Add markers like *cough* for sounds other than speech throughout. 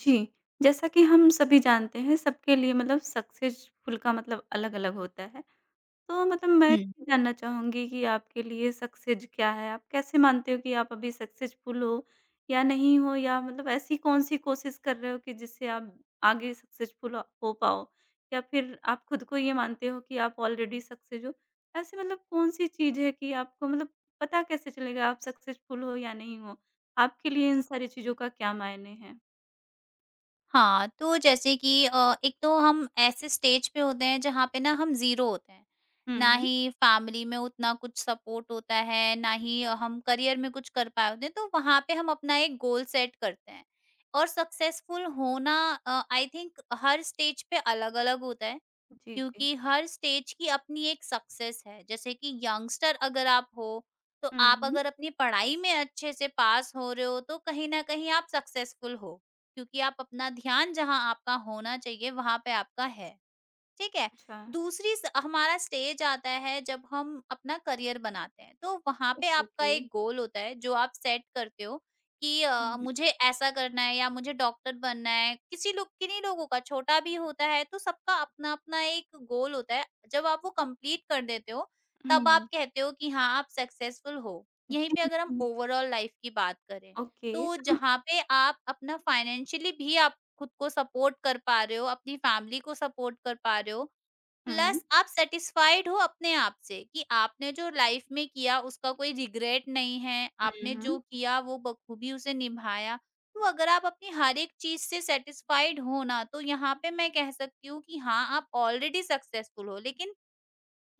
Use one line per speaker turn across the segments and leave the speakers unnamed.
जी, जैसा कि हम सभी जानते हैं सबके लिए मतलब सक्सेसफुल का मतलब अलग-अलग होता है। तो मतलब मैं
हुँ।
जानना चाहूँगी कि आपके लिए सक्सेस क्या है? आप कैसे मानते हो कि आप अभी सक्सेसफुल हो या नहीं हो? या मतलब ऐसी कौन-सी कोशिश कर रहे हो कि जिससे आप आगे सक्सेसफुल हो पाओ? या फिर आप खुद को ये मानते हो कि आप ऑलरेडी सक्सेस हो? ऐसी मतलब कौन-सी चीज़ है कि आपको मतलब पता कैसे चलेगा आप सक्सेसफुल हो या नहीं हो? आपके लिए इन सारी चीज़ों का क्या मायने हैं?
हाँ, तो जैसे कि एक तो हम ऐसे स्टेज पे होते हैं जहाँ पे ना हम ज़ीरो होते हैं।
हुँ,
ना
हुँ।
ही फैमिली में उतना कुछ सपोर्ट होता है, ना ही हम करियर में कुछ कर पाए होते हैं, तो वहाँ पे हम अपना एक गोल सेट करते हैं। और सक्सेसफुल होना आई थिंक हर स्टेज पे अलग-अलग होता है।
जी, जी।
क्योंकि हर स्टेज की अपनी एक सक्सेस है। जैसे कि यंगस्टर अगर आप हो, तो आप
हुँ।
अगर अपनी पढ़ाई में अच्छे से पास हो रहे हो, तो कहीं न कहीं आप सक्सेसफुल हो, क्योंकि आप अपना ध्यान जहाँ आपका होना चाहिए, वहाँ पे आपका है। ठीक है?
अच्छा।
दूसरी स हमारा स्टेज आता है जब हम अपना करियर बनाते हैं, तो वहाँ पे
ओके,
आपका
ओके।
एक गोल होता है जो आप सेट करते हो कि
हुँ, हुँ।
मुझे ऐसा करना है या मुझे डॉक्टर बनना है। किसी लोग किन्हीं लोगों का छोटा भी होता है, तो सबका अपना-अपना एक गोल होता है। जब आप वो कंप्लीट कर देते हो, तब आप
हुँ।
कहते हो कि हाँ, आप सक्सेसफुल हो। यहीं
जी।
पे अगर हम
हुँ।
ओवरऑल लाइफ की बात करें,
ओके,
तो जहाँ पे आप अपना फाइनेंशियली भी आप खुद को सपोर्ट कर पा रहे हो, अपनी फैमिली को सपोर्ट कर पा रहे हो,
हुँ।
प्लस आप सैटिस्फाइड हो अपने आप से कि आपने जो लाइफ में किया उसका कोई रिग्रेट नहीं है,
हुँ,
आपने जो
हुँ।
किया वो बखूबी उसे निभाया। तो अगर आप अपनी हर एक चीज़ से सैटिस्फाइड हो ना, तो यहाँ पे मैं कह सकती हूँ कि हाँ, आप ऑलरेडी सक्सेसफुल हो। लेकिन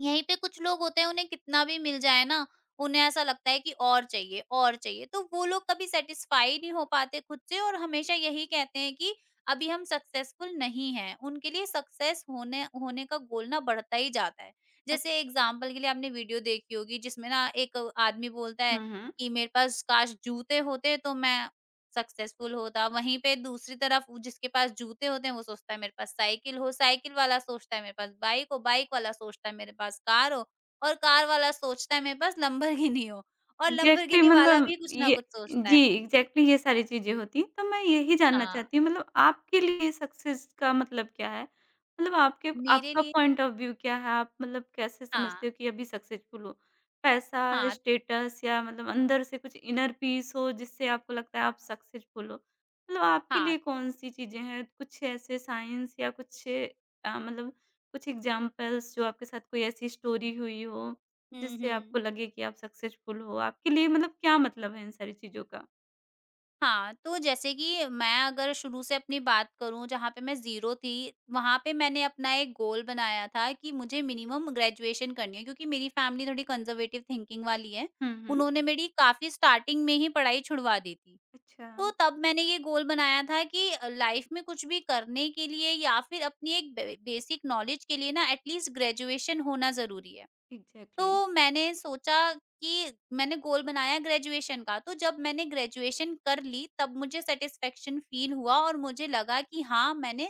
यहीं पे कुछ लोग होते हैं उन्हें कितना भी मिल जाए ना, उन्हें ऐसा लगता है कि और चाहिए, और चाहिए। तो वो लोग कभी सैटिस्फाई नहीं हो पाते खुद से और हमेशा यही कहते हैं कि अभी हम सक्सेसफुल नहीं हैं। उनके लिए सक्सेस होने होने का गोल ना बढ़ता ही जाता है।
अच्छ
जैसे एग्ज़ाम्पल के लिए आपने वीडियो देखी होगी जिसमें ना एक आदमी बोलता है
हुँ, हुँ।
कि मेरे पास काश जूते होते तो मैं सक्सेसफुल होता। वहीं पे दूसरी तरफ वो जिसके पास जूते होते हैं वो सोचता है मेरे पास साइकिल हो, साइकिल वाला सोचता है मेरे पास बाइक हो, बाइक वाला सोचता है मेरे पास कार हो और कार वाला सोचता है मेरे पास लैम्बोर्गिनी हो और
एग्ज़ैक्टली
लैम्बोर्गिनी *laughs* वाला
मतलब
भी कुछ ना
ये।
कुछ सोचता
जी,
है।
एग्ज़ैक्टली ये सारी चीज़ें होती हैं, तो मैं यही जानना
हाँ,
चाहती हूँ मतलब आपके लिए सक्सेस का मतलब क्या है? मतलब आपके
मेरे
आपका
लिए
पॉइंट ऑफ व्यू क्या है? आप मतलब कैसे
हाँ,
समझते हो कि अभी सक्सेसफुल हो? पैसा,
हाँ,
स्टेटस या मतलब अंदर से कुछ इनर पीस हो जिससे आपको लगता है आप सक्सेसफुल हो? मतलब आपके
हाँ।
लिए कौन-सी चीज़ें हैं? कुछ ऐसे साइंस या कुछ मतलब कुछ एग्ज़ाम्पल्स जो आपके साथ कोई ऐसी स्टोरी हुई हो?
हुँ,
जिससे आपको
हुँ।
लगे कि आप सक्सेसफुल हो? आपके लिए मतलब क्या मतलब है इन सारी चीज़ों का?
हाँ, तो जैसे कि मैं अगर शुरू से अपनी बात करूँ जहाँ पे मैं ज़ीरो थी, वहाँ पे मैंने अपना एक गोल बनाया था कि मुझे मिनिमम ग्रेजुएशन करनी है क्योंकि मेरी फैमिली थोड़ी कंज़र्वेटिव थिंकिंग वाली है।
हुँ, हुँ।
उन्होंने मेरी काफ़ी स्टार्टिंग में ही पढ़ाई छुड़वा दी थी।
अच्छा,
तो तब मैंने ये गोल बनाया था कि लाइफ़ में कुछ भी करने के लिए या फिर अपनी एक बे बेसिक नॉलेज के लिए ना एटलीस्ट ग्रेजुएशन होना ज़रूरी है।
एग्ज़ैक्टली।
तो मैंने सोचा कि मैंने गोल बनाया ग्रेजुएशन का, तो जब मैंने ग्रेजुएशन कर ली तब मुझे सैटिस्फैक्शन फ़ील हुआ और मुझे लगा कि हाँ, मैंने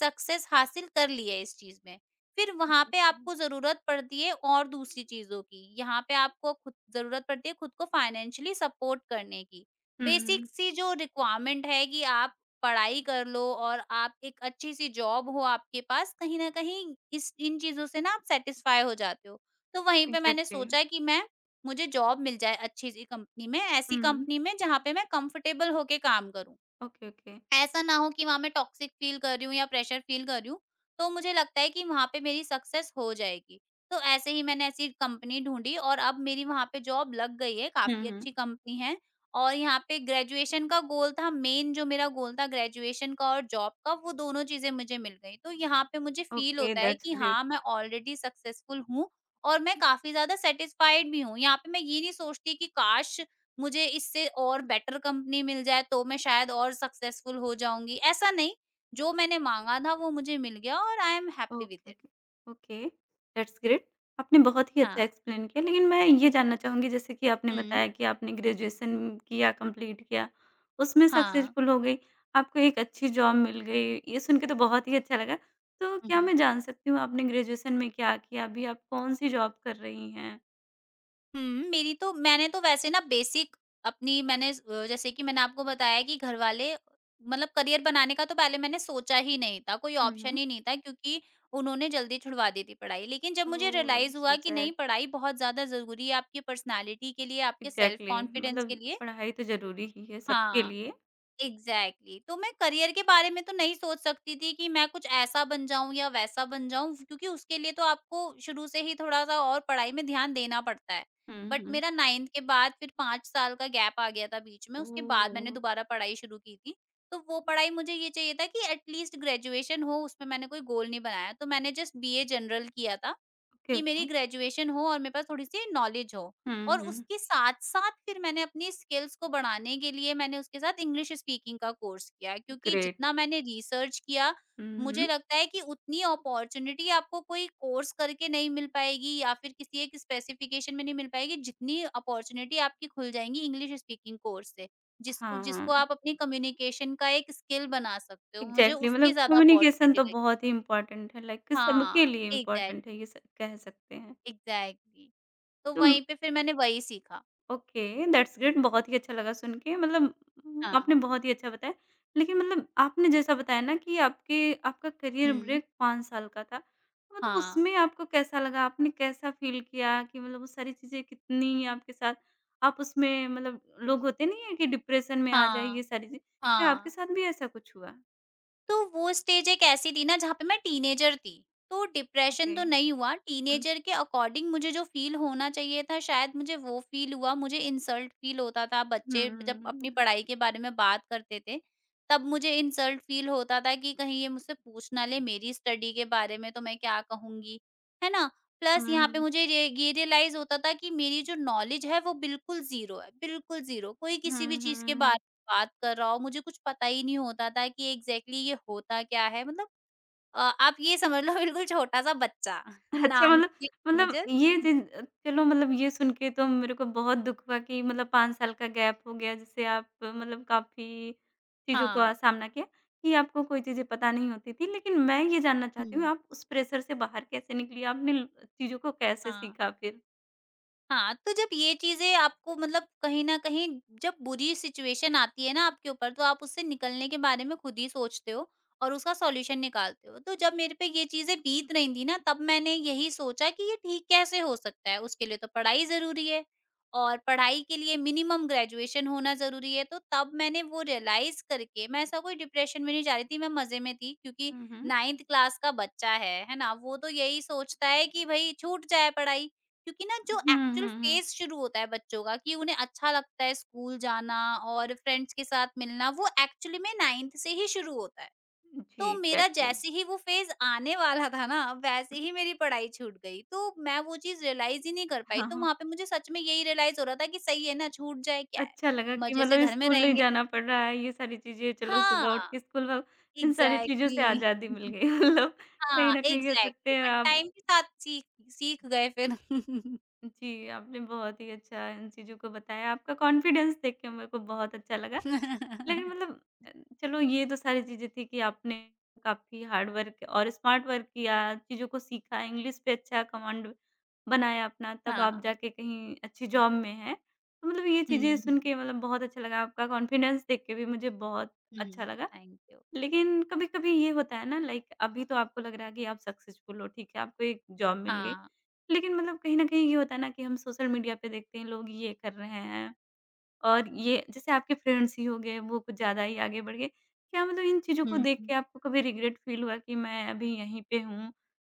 सक्सेस हासिल कर ली है इस चीज़ में। फिर वहाँ
ओके,
पे
ओके।
आपको ज़रूरत पड़ती है और दूसरी चीज़ों की, यहाँ पे आपको खुद ज़रूरत पड़ती है खुद को फाइनेंशियली सपोर्ट करने की।
हुँ,
बेसिक
हुँ।
सी जो रिक्वायरमेंट है कि आप पढ़ाई कर लो और आप एक अच्छी-सी जॉब हो आपके पास, कहीं न कहीं इस इन चीज़ों से ना आप सैटिस्फाई हो जाते हो। तो वहीं पे मैंने
एग्ज़ैक्टली।
सोचा कि मैं मुझे जॉब मिल जाए अच्छी-सी कंपनी में, ऐसी
हुँ, हुँ।
कंपनी में जहाँ पे मैं कंफर्टेबल होके काम करूँ।
Okay, okay.
ऐसा ना हो कि वहाँ मैं टॉक्सिक फील कर रही हूँ या प्रेशर फील कर रही हूँ, तो मुझे लगता है कि वहाँ पे मेरी सक्सेस हो जाएगी। तो ऐसे ही मैंने ऐसी कंपनी ढूँढी और अब मेरी वहाँ पे जॉब लग गई है,
हुँ,
काफ़ी
हुँ।
अच्छी कंपनी है और यहाँ पे ग्रेजुएशन का गोल था, मेन जो मेरा गोल था ग्रेजुएशन का और जॉब का, वो दोनों चीज़ें मुझे मिल गई। तो यहाँ पे मुझे फील
ओके,
होता है
दैट्स
कि
ग्रेट।
हाँ, मैं ऑलरेडी सक्सेसफुल हूँ और मैं काफ़ी ज़्यादा सैटिस्फाइड भी हूँ। यहाँ पे मैं ये नहीं सोचती कि काश! मुझे इससे और बेटर कंपनी मिल जाए तो मैं शायद और सक्सेसफुल हो जाऊँगी, ऐसा नहीं, जो मैंने माँगा था वो मुझे मिल गया और I am happy with
okay,
it.
Okay, okay, that's great. आपने बहुत ही अच्छा
हाँ।
एक्सप्लेन किया, लेकिन मैं ये जानना चाहूँगी जैसे कि आपने
हुँ।
बताया कि आपने ग्रेजुएशन किया, कंप्लीट किया, उसमें
हाँ।
सक्सेसफुल हो गई, आपको एक अच्छी जॉब मिल गई, ये सुन के तो बहुत ही अच्छा लगा। तो
हुँ,
क्या
हुँ।
मैं जान सकती हूँ आपने ग्रेजुएशन में क्या किया? अभी आप कौन-सी जॉब कर रही हैं?
हुँ, मेरी तो मैंने तो वैसे ना बेसिक अपनी मैंने जैसे कि मैंने आपको बताया कि घरवाले मतलब करियर बनाने का तो पहले मैंने सोचा ही नहीं था, कोई
हुँ,
ऑप्शन
हुँ।
ही नहीं था क्योंकि उन्होंने जल्दी छुड़वा दी थी पढ़ाई। लेकिन जब मुझे
ओह,
रियलाइज़ हुआ
सो
कि
सैड।
नहीं पढ़ाई बहुत ज़्यादा ज़रूरी है आपकी पर्सनैलिटी के लिए, आपके सेल्फ
एग्ज़ैक्टली
कॉन्फिडेंस के
मतलब
लिए
पढ़ाई तो ज़रूरी ही है सबके
हाँ।
लिए।
Exactly exactly. तो मैं करियर के बारे में तो नहीं सोच सकती थी कि मैं कुछ ऐसा बन जाऊं या वैसा बन जाऊं क्योंकि उसके लिए तो आपको शुरू से ही थोड़ा सा और पढ़ाई में ध्यान देना पड़ता है
हुँ,
बट
हुँ।
मेरा नाइन्थ के बाद फिर 5 साल का गैप आ गया था बीच में उसके बाद मैंने
ओह।
दोबारा पढ़ाई शुरू की थी तो वो पढ़ाई मुझे ये चाहिए था कि एटलीस्ट ग्रेजुएशन हो उसमें मैंने कोई गोल नहीं बनाया तो मैंने जस्ट बीए जनरल किया था
ओके,
कि मेरी
ओके।
ग्रेजुएशन हो और मेरे पास थोड़ी-सी नॉलेज हो।
हुँ,
और
हुँ।
उसके साथ-साथ फिर मैंने अपनी स्किल्स को बढ़ाने के लिए मैंने उसके साथ इंग्लिश स्पीकिंग का कोर्स किया क्योंकि
ग्रेट।
जितना मैंने रिसर्च किया,
हुँ, हुँ।
मुझे लगता है कि उतनी अपॉर्च्युनिटी आपको कोई कोर्स करके नहीं मिल पाएगी या फिर किसी एक स्पेसिफिकेशन में नहीं मिल पाएगी, जितनी अपॉर्च्युनिटी आपकी खुल जाएँगी इंग्लिश स्पीकिंग कोर्स से। जिसको
हाँ,
जिसको आप अपनी कम्युनिकेशन का एक स्किल बना सकते हो। मुझे
एग्ज़ैक्टली
उसकी
मतलब
ज़्यादा
कम्युनिकेशन
अपॉर्च्युनिटी
तो
लगी।
बहुत ही इम्पोर्टेंट है लाइक सबके
हाँ,
लिए इम्पोर्टेंट है
एग्ज़ैक्टली,
ये स कह सकते हैं।
एग्ज़ैक्टली। तो
तो
वहीं पे फिर मैंने वही सीखा।
ओके, दैट्स ग्रेट, बहुत ही अच्छा लगा सुन के मतलब
हाँ।
आपने बहुत ही अच्छा बताया। लेकिन मतलब आपने जैसा बताया ना कि आपके आपका करियर
हुँ।
ब्रेक 5 साल का था। तो मतलब
हाँ,
उसमें आपको कैसा लगा? आपने कैसा फ़ील किया कि मतलब वो सारी चीज़ें कितनी आपके साथ। आप उसमें मतलब लोग होते नहीं हैं कि डिप्रेशन में आ जाए ये
हाँ,
सारी चीज़ें, क्या आपके
हाँ,
साथ भी ऐसा कुछ हुआ?
तो वो स्टेज एक ऐसी थी ना जहाँ पे मैं टीनेजर थी। तो
ओके।
डिप्रेशन तो नहीं हुआ,
हुँ।
टीनेजर के अकॉर्डिंग मुझे जो फ़ील होना चाहिए था शायद मुझे वो फ़ील हुआ। मुझे इंसल्ट फ़ील होता था, बच्चे जब
हुँ,
अपनी पढ़ाई के बारे में बात करते थे, तब मुझे इंसल्ट फ़ील होता था कि कहीं ये मुझसे पूछ ना ले मेरी स्टडी के बारे में तो मैं क्या कहूँगी, है ना? प्लस यहाँ पे
हुँ,
मुझे रे ये रियलाइज़ होता था कि मेरी जो नॉलेज है वो बिल्कुल ज़ीरो है, बिल्कुल ज़ीरो। कोई किसी भी
हुँ,
चीज़ के
हुँ।
बारे बात कर रहा हो, मुझे कुछ पता ही नहीं होता था कि एग्ज़ैक्टली ये होता क्या है? मतलब आप ये समझ लो *laughs* बिल्कुल छोटा-सा बच्चा *laughs*
अच्छा,
नाम
मतलब
की एक
मतलब
टीनेजर
चलो मतलब ये सुन के तो मेरे को बहुत दुःख हुआ कि मतलब 5 साल का गैप हो गया जिससे आप मतलब काफ़ी चीज़ों का
हाँ।
सामना किया, कि आपको कोई चीज़ें पता नहीं होती थी। लेकिन मैं ये जानना चाहती हूँ
हुँ।
आप उस प्रेशर से बाहर कैसे निकली? आपने ल चीज़ों को कैसे
हाँ।
सीखा फिर?
हाँ, तो जब ये चीज़ें आपको मतलब कहीं न कहीं जब बुरी सिचुएशन आती है ना आपके ऊपर, तो आप उससे निकलने के बारे में खुद ही सोचते हो और उसका सॉल्यूशन निकालते हो। तो जब मेरे पे ये चीज़ें बीत रही थी ना, तब मैंने यही सोचा कि ये ठीक कैसे हो सकता है? उसके लिए तो पढ़ाई ज़रूरी है और पढ़ाई के लिए मिनिमम ग्रेजुएशन होना ज़रूरी है। तो तब मैंने वो रियलाइज़ करके मैं ऐसा कोई डिप्रेशन में नहीं जा रही थी, मैं मज़े में थी क्योंकि
हुँ, हुँ।
9th क्लास का बच्चा है ना? वो तो यही सोचता है कि भई छूट जाए पढ़ाई। क्योंकि ना जो
हुँ,
एक्चुअल
हुँ, हुँ।
फेज़ शुरू होता है बच्चों का कि उन्हें अच्छा लगता है स्कूल जाना और फ्रेंड्स के साथ मिलना, वो एक्चुअली में 9th से ही शुरू होता है।
जी,
तो मेरा
एग्ज़ैक्टली।
जैसे ही वो फेज़ आने वाला था ना, वैसे
हुँ।
ही मेरी पढ़ाई छूट गई। तो मैं वो चीज़ रियलाइज़ ही नहीं कर पाई।
हाँ,
तो
हाँ।
वहाँ पे मुझे सच में यही रियलाइज़ हो रहा था कि सही है ना, छूट जाए क्या है,
अच्छा लगा कि
मज़े से
मतलब
घर में
स्कूल नहीं
रहेंगे
जाना पड़ रहा है, ये सारी चीज़ें चलो
हाँ,
सुबह उठ के स्कूल व इन सारी चीज़ों से
एग्ज़ैक्टली
आज़ादी मिल
*laughs*
गई *laughs* मतलब कहीं
हाँ,
न कहीं कह सकते
एग्ज़ैक्टली
हैं
बट
आप।
टाइम के साथ सीख सीख गए फिर।
जी, आपने बहुत ही अच्छा इन चीज़ों को बताया, आपका कॉन्फिडेंस देख के मेरे को बहुत अच्छा लगा।
*laughs*
लेकिन मतलब अ, चलो ये तो सारी चीज़ें थी कि आपने काफ़ी हार्ड वर्क और स्मार्ट वर्क किया, चीज़ों को सीखा, इंग्लिश पे अच्छा कमांड बनाया अपना, तब
हाँ।
आप जाके कहीं अच्छी जॉब में हैं। तो मतलब ये चीज़ें
हुँ,
सुन के
हुँ।
मतलब बहुत अच्छा लगा, आपका कॉन्फिडेंस देख के भी मुझे बहुत अच्छा
हुँ।
लगा।
Thank you.
लेकिन कभी-कभी ये होता है ना लाइक अभी तो आपको लग रहा है कि आप सक्सेसफुल हो, ठीक है, आपको एक जॉब मिल गई।
हाँ।
लेकिन मतलब कहीं न कहीं ये होता है ना कि हम सोशल मीडिया पे देखते हैं लोग ये कर रहे हैं और ये जैसे आपके फ्रेंड्स ही हो गए, वो कुछ ज़्यादा ही आगे बढ़ गए। क्या मतलब इन चीज़ों को
हुँ,
देख
हुँ।
के आपको कभी रिग्रेट फ़ील हुआ कि मैं अभी यहीं पे हूँ?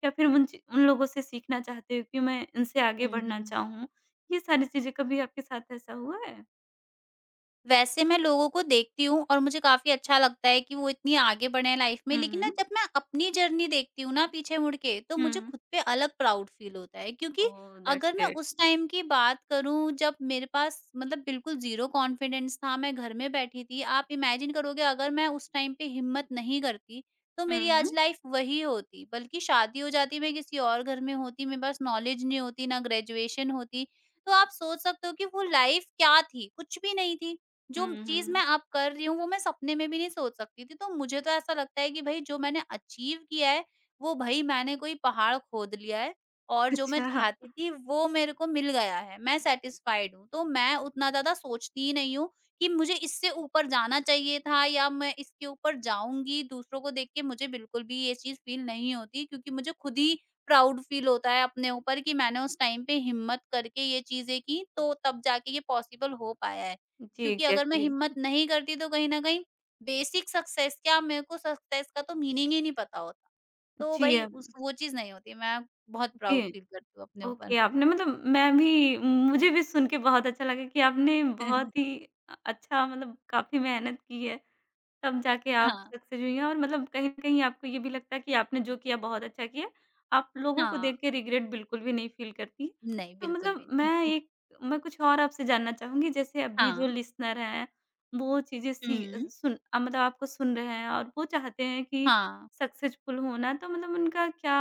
या फिर उन लोगों से सीखना चाहते हो कि मैं इनसे आगे
हुँ,
बढ़ना
हुँ।
चाहूँ? ये सारी चीज़ें कभी आपके साथ ऐसा हुआ है?
वैसे मैं लोगों को देखती हूँ और मुझे काफ़ी अच्छा लगता है कि वो इतनी आगे बढ़े हैं लाइफ में,
हुँ,
लेकिन ना
हुँ।
जब मैं अपनी जर्नी देखती हूँ ना पीछे मुड़ के, तो मुझे
हुँ।
खुद पे अलग प्राउड फ़ील होता है। क्योंकि
ओह, दैट्स
अगर मैं
ग्रेट।
उस टाइम की बात करूँ जब मेरे पास मतलब बिल्कुल ज़ीरो कॉन्फिडेंस था, मैं घर में बैठी थी। आप इमेजिन करोगे अगर मैं उस टाइम पे हिम्मत नहीं करती, तो
हुँ,
मेरी
हुँ।
आज लाइफ वही होती। बल्कि शादी हो जाती, मैं किसी और घर में होती, मेरे पास नॉलेज नहीं होती, ना ग्रेजुएशन होती। तो आप सोच सकते हो कि वो लाइफ क्या थी? कुछ भी नहीं थी। जो
हुँ,
चीज़ मैं
हुँ।
अब कर रही हूँ वो मैं सपने में भी नहीं सोच सकती थी। तो मुझे तो ऐसा लगता है कि भई जो मैंने अचीव किया है, वो भई मैंने कोई पहाड़ खोद लिया है और जो मैं
अच्छा।
चाहती थी वो मेरे को मिल गया है। मैं सैटिस्फाइड हूँ। तो मैं उतना ज़्यादा सोचती ही नहीं हूँ कि मुझे इससे ऊपर जाना चाहिए था या मैं इसके ऊपर जाऊँगी। दूसरों को देख के मुझे बिल्कुल भी ये चीज़ फ़ील नहीं होती क्योंकि मुझे खुद ही प्राउड फ़ील होता है अपने ऊपर कि मैंने उस टाइम पे हिम्मत करके ये चीज़ें की तो तब जाके ये पॉसिबल हो पाया है।
जी,
क्योंकि अगर मैं
एग्ज़ैक्टली।
हिम्मत नहीं करती तो कहीं न कहीं बेसिक सक्सेस क्या मेरे को सक्सेस का तो मीनिंग ही नहीं पता होता। तो
जी,
भई
अब
उस वो चीज़ नहीं होती। मैं बहुत प्राउड
जी।
फ़ील करती हूँ अपने ऊपर।
ओके, आपने मतलब मैं भी मुझे भी सुन के बहुत अच्छा लगा कि आपने बहुत
*laughs*
ही अच्छा, मतलब काफ़ी मेहनत की है। तब जाके आप
हाँ,
सक्सेस हुई हैं और मतलब कहीं न कहीं आपको ये भी लगता है कि आपने जो किया बहुत अच्छा किया। आप लोगों को
हाँ।
देख के रिग्रेट बिल्कुल भी नहीं फ़ील करती।
नहीं,
तो
बिल्कुल
मतलब
भी नहीं।
मैं कुछ और आपसे जानना चाहूँगी जैसे अभी जो
हाँ।
लिसनर हैं, वो चीज़ें सी अ,
हुँ।
सुन अ, मतलब आपको सुन रहे हैं और वो चाहते हैं कि
हाँ,
सक्सेसफुल होना, तो मतलब उनका क्या,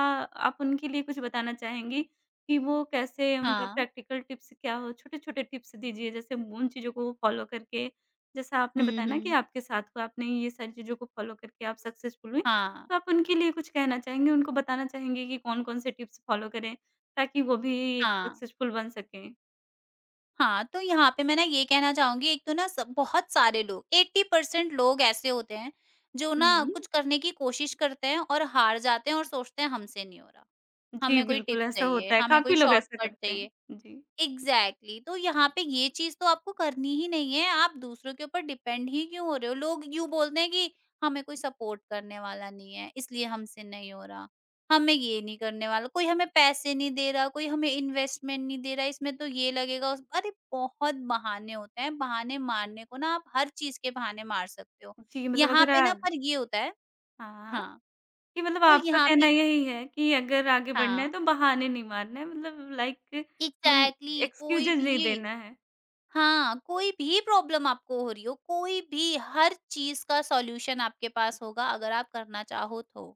आप उनके लिए कुछ बताना चाहेंगी कि वो कैसे, उनका
हाँ।
प्रैक्टिकल टिप्स क्या हो? छोटे-छोटे टिप्स दीजिए जैसे उन चीज़ों को वो फ़ॉलो करके, जैसा आपने
हुँ,
बताया ना कि
हुँ।
आपके साथ हुआ, आपने ये सारी चीज़ों को फ़ॉलो करके आप सक्सेसफुल हुईं,
हाँ,
तो आप उनके लिए कुछ कहना चाहेंगे, उनको बताना चाहेंगे कि कौन-कौन से टिप्स फ़ॉलो करें, ताकि वो भी एक
हाँ,
सक्सेसफुल बन सकें?
हाँ। तो यहाँ पे मैं ना ये कहना चाहूँगी एक तो ना स बहुत सारे लोग 80% लोग ऐसे होते हैं जो ना
हुँ,
कुछ करने की कोशिश करते हैं और हार जाते हैं और सोचते हैं हमसे नहीं हो रहा।
जी,
हमें कोई टिप
बिल्कुल ऐसा
चाहिए,
होता है,
हमें
काफ़ी
कोई
लोग ऐसा
शॉर्टकट
करते हैं।
चाहिए।
जी।
एग्ज़ैक्टली तो यहाँ पे ये चीज़ तो आपको करनी ही नहीं है, आप दूसरों के ऊपर डिपेंड ही क्यों हो रहे हो? लोग यूँ बोलते हैं कि हमें कोई सपोर्ट करने वाला नहीं है, इसलिए हमसे नहीं हो रहा। हमें ये नहीं करने वाला, कोई हमें पैसे नहीं दे रहा, कोई हमें इन्वेस्टमेंट नहीं दे रहा, इसमें तो ये लगेगा उस अरे! बहुत बहाने होते हैं, बहाने मारने को ना आप हर चीज़ के बहाने मार सकते हो।
जी, मतलब
यहाँ
अगर
पे
आ
ना पर ये होता है।
हाँ,
हाँ,
कि मतलब
तो
आपका
यहाँ
कहना
पे।
यही है कि अगर आगे बढ़ना है
हाँ,
तो बहाने नहीं मारना है, मतलब लाइक मतलब
एग्ज़ैक्टली कोई
एक्सक्यूज़ेज़ नहीं
भी।
देना है।
हाँ, कोई भी प्रॉब्लम आपको हो रही हो, कोई भी हर चीज़ का सॉल्यूशन आपके पास होगा अगर आप करना चाहो तो।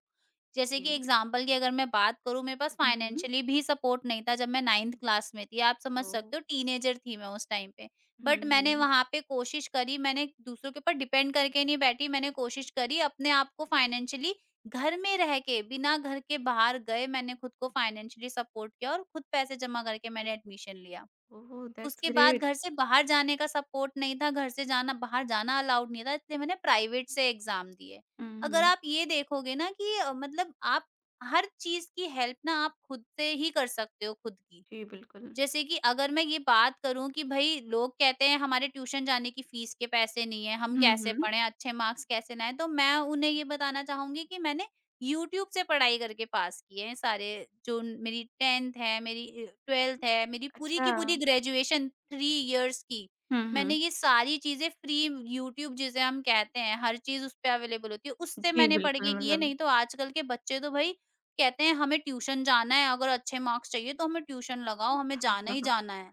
जैसे
जी।
कि एग्ज़ाम्पल की अगर मैं बात करूँ मेरे पास
हुँ, हुँ।
फाइनेंशियली भी सपोर्ट नहीं था जब मैं 9th क्लास में थी, आप समझ
ओह।
सकते हो टीनेजर थी मैं उस टाइम पे।
हुँ,
बट मैंने
हुँ।
वहाँ पे कोशिश करी, मैंने दूसरों के ऊपर डिपेंड करके नहीं बैठी, मैंने कोशिश करी अपने आप को फाइनेंशियली घर में रह के, बिना घर के बाहर गए मैंने खुद को फाइनेंशियली सपोर्ट किया और खुद पैसे जमा करके मैंने एडमिशन लिया।
ओह, दैट्स
उसके बाद
ग्रेट।
घर से बाहर जाने का सपोर्ट नहीं था, घर से जाना बाहर जाना अलाउड नहीं था, इसलिए मैंने प्राइवेट से एग्ज़ाम दिए।
हुँ,
अगर
हुँ।
आप ये देखोगे ना कि मतलब आप हर चीज़ की हेल्प ना आप खुद से ही कर सकते हो खुद की।
जी, बिल्कुल।
जैसे कि अगर मैं ये बात करूँ कि भई लोग कहते हैं हमारे ट्यूशन जाने की फ़ीस के पैसे नहीं है, हम
हुँ,
कैसे
हुँ।
पढ़ें, अच्छे मार्क्स कैसे लाएँ? तो मैं उन्हें ये बताना चाहूँगी कि मैंने यूट्यूब से पढ़ाई करके पास किए हैं सारे जो मेरी 10th है, मेरी 12th है, मेरी पूरी
अच्छा।
की पूरी ग्रेजुएशन 3 इयर्स की,
हुँ,
मैंने
हुँ।
ये सारी चीज़ें फ्री यूट्यूब जिसे हम कहते हैं, हर चीज़ उस पे अवेलेबल होती है, उससे
जी,
मैंने पढ़
बिल्कुल
के की है,
मतलब
नहीं तो आजकल के बच्चे तो भई कहते हैं हमें ट्यूशन जाना है अगर अच्छे मार्क्स चाहिए तो हमें ट्यूशन लगाओ, हमें
*laughs*
जाना
हाँ,
ही
हाँ।
जाना है।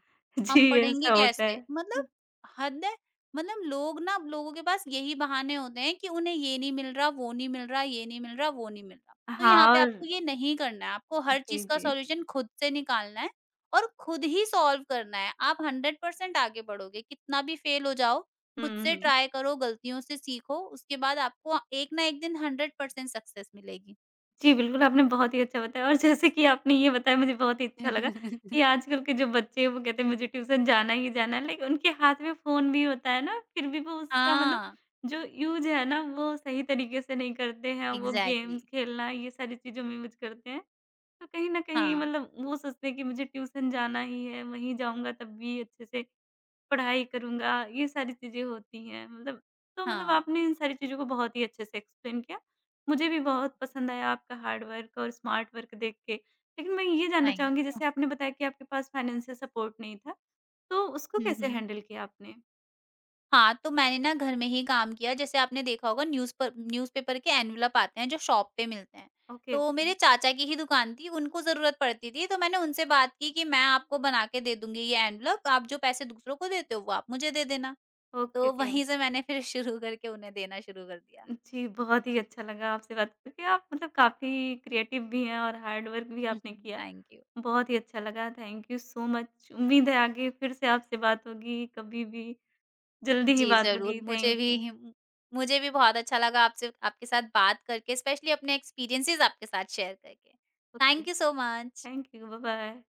हम
जी,
पढ़ेंगे
ऐसा होता है।
कैसे? मतलब हद है। मतलब लोग ना लोगों के पास यही बहाने होते हैं कि उन्हें ये नहीं मिल रहा, वो नहीं मिल रहा, ये नहीं मिल रहा, वो नहीं मिल रहा। तो यहाँ
हाँ,
पे
और
आपको ये नहीं करना है, आपको हर
जी,
चीज़ का
जी।
सॉल्यूशन खुद से निकालना है और खुद ही सॉल्व करना है। आप 100% आगे बढ़ोगे, कितना भी फेल हो जाओ, खुद
हुँ,
से
हुँ।
ट्राई करो, गलतियों से सीखो, उसके बाद आपको एक ना एक दिन 100% सक्सेस मिलेगी।
जी, बिल्कुल आपने बहुत ही अच्छा बताया, और जैसे कि आपने ये बताया मुझे बहुत ही अच्छा लगा कि
*laughs*
आजकल के जो बच्चे हैं वो कहते हैं मुझे ट्यूशन जाना ही जाना है, लाइक उनके हाथ में फ़ोन भी होता है ना, फिर भी वो उसका मतलब
हाँ,
जो यूज़ है ना वो सही तरीके से नहीं करते हैं, वो
एग्ज़ैक्टली
गेम्स खेलना ये सारी चीज़ों में यूज़ करते हैं। तो कहीं न कहीं
हाँ,
मतलब वो सोचते हैं कि मुझे ट्यूशन जाना ही है, वहीं जाऊँगा तब भी अच्छे से पढ़ाई करूँगा, ये सारी चीज़ें होती हैं। मतलब तो मतलब
हाँ,
आपने इन सारी चीज़ों को बहुत ही अच्छे से एक्सप्लेन किया। मुझे भी बहुत पसंद आया आपका हार्ड वर्क और स्मार्ट वर्क देख के। लेकिन मैं ये जानना
थैंक
चाहूँगी
यू।
जैसे आपने बताया कि आपके पास फाइनेंशियल सपोर्ट नहीं था, तो उसको
हुँ,
कैसे
हुँ।
हैंडल किया आपने?
हाँ, तो मैंने ना घर में ही काम किया जैसे आपने देखा होगा न्यूज़पेपर के एनवलप आते हैं जो शॉप पे मिलते हैं।
ओके,
तो
ओके।
मेरे चाचा की ही दुकान थी, उनको ज़रूरत पड़ती थी तो मैंने उनसे बात की कि मैं आपको बना के दे दूँगी ये एनवलप, आप जो पैसे दूसरों को देते हो वो आप मुझे दे देना।
ओके,
तो
ओके।
वहीं से मैंने फिर शुरू करके उन्हें देना शुरू कर दिया।
जी, बहुत ही अच्छा लगा आपसे बात करके। आप मतलब काफ़ी क्रिएटिव भी हैं और हार्ड वर्क भी आपने
*laughs*
किया।
Thank you.
बहुत ही अच्छा लगा, थैंक यू सो मच। उम्मीद है आगे फिर से आपसे बात होगी, कभी भी जल्दी ही
जी,
बात
ज़रूर।
होगी।
मुझे
थैंक
भी
यू।
हिम मुझे भी बहुत अच्छा लगा आपसे आपके साथ बात करके, स्पेशली अपने एक्सपीरियंसेज़ आपके साथ शेयर करके।
Okay,
thank you so much.
Thank you, bye-bye.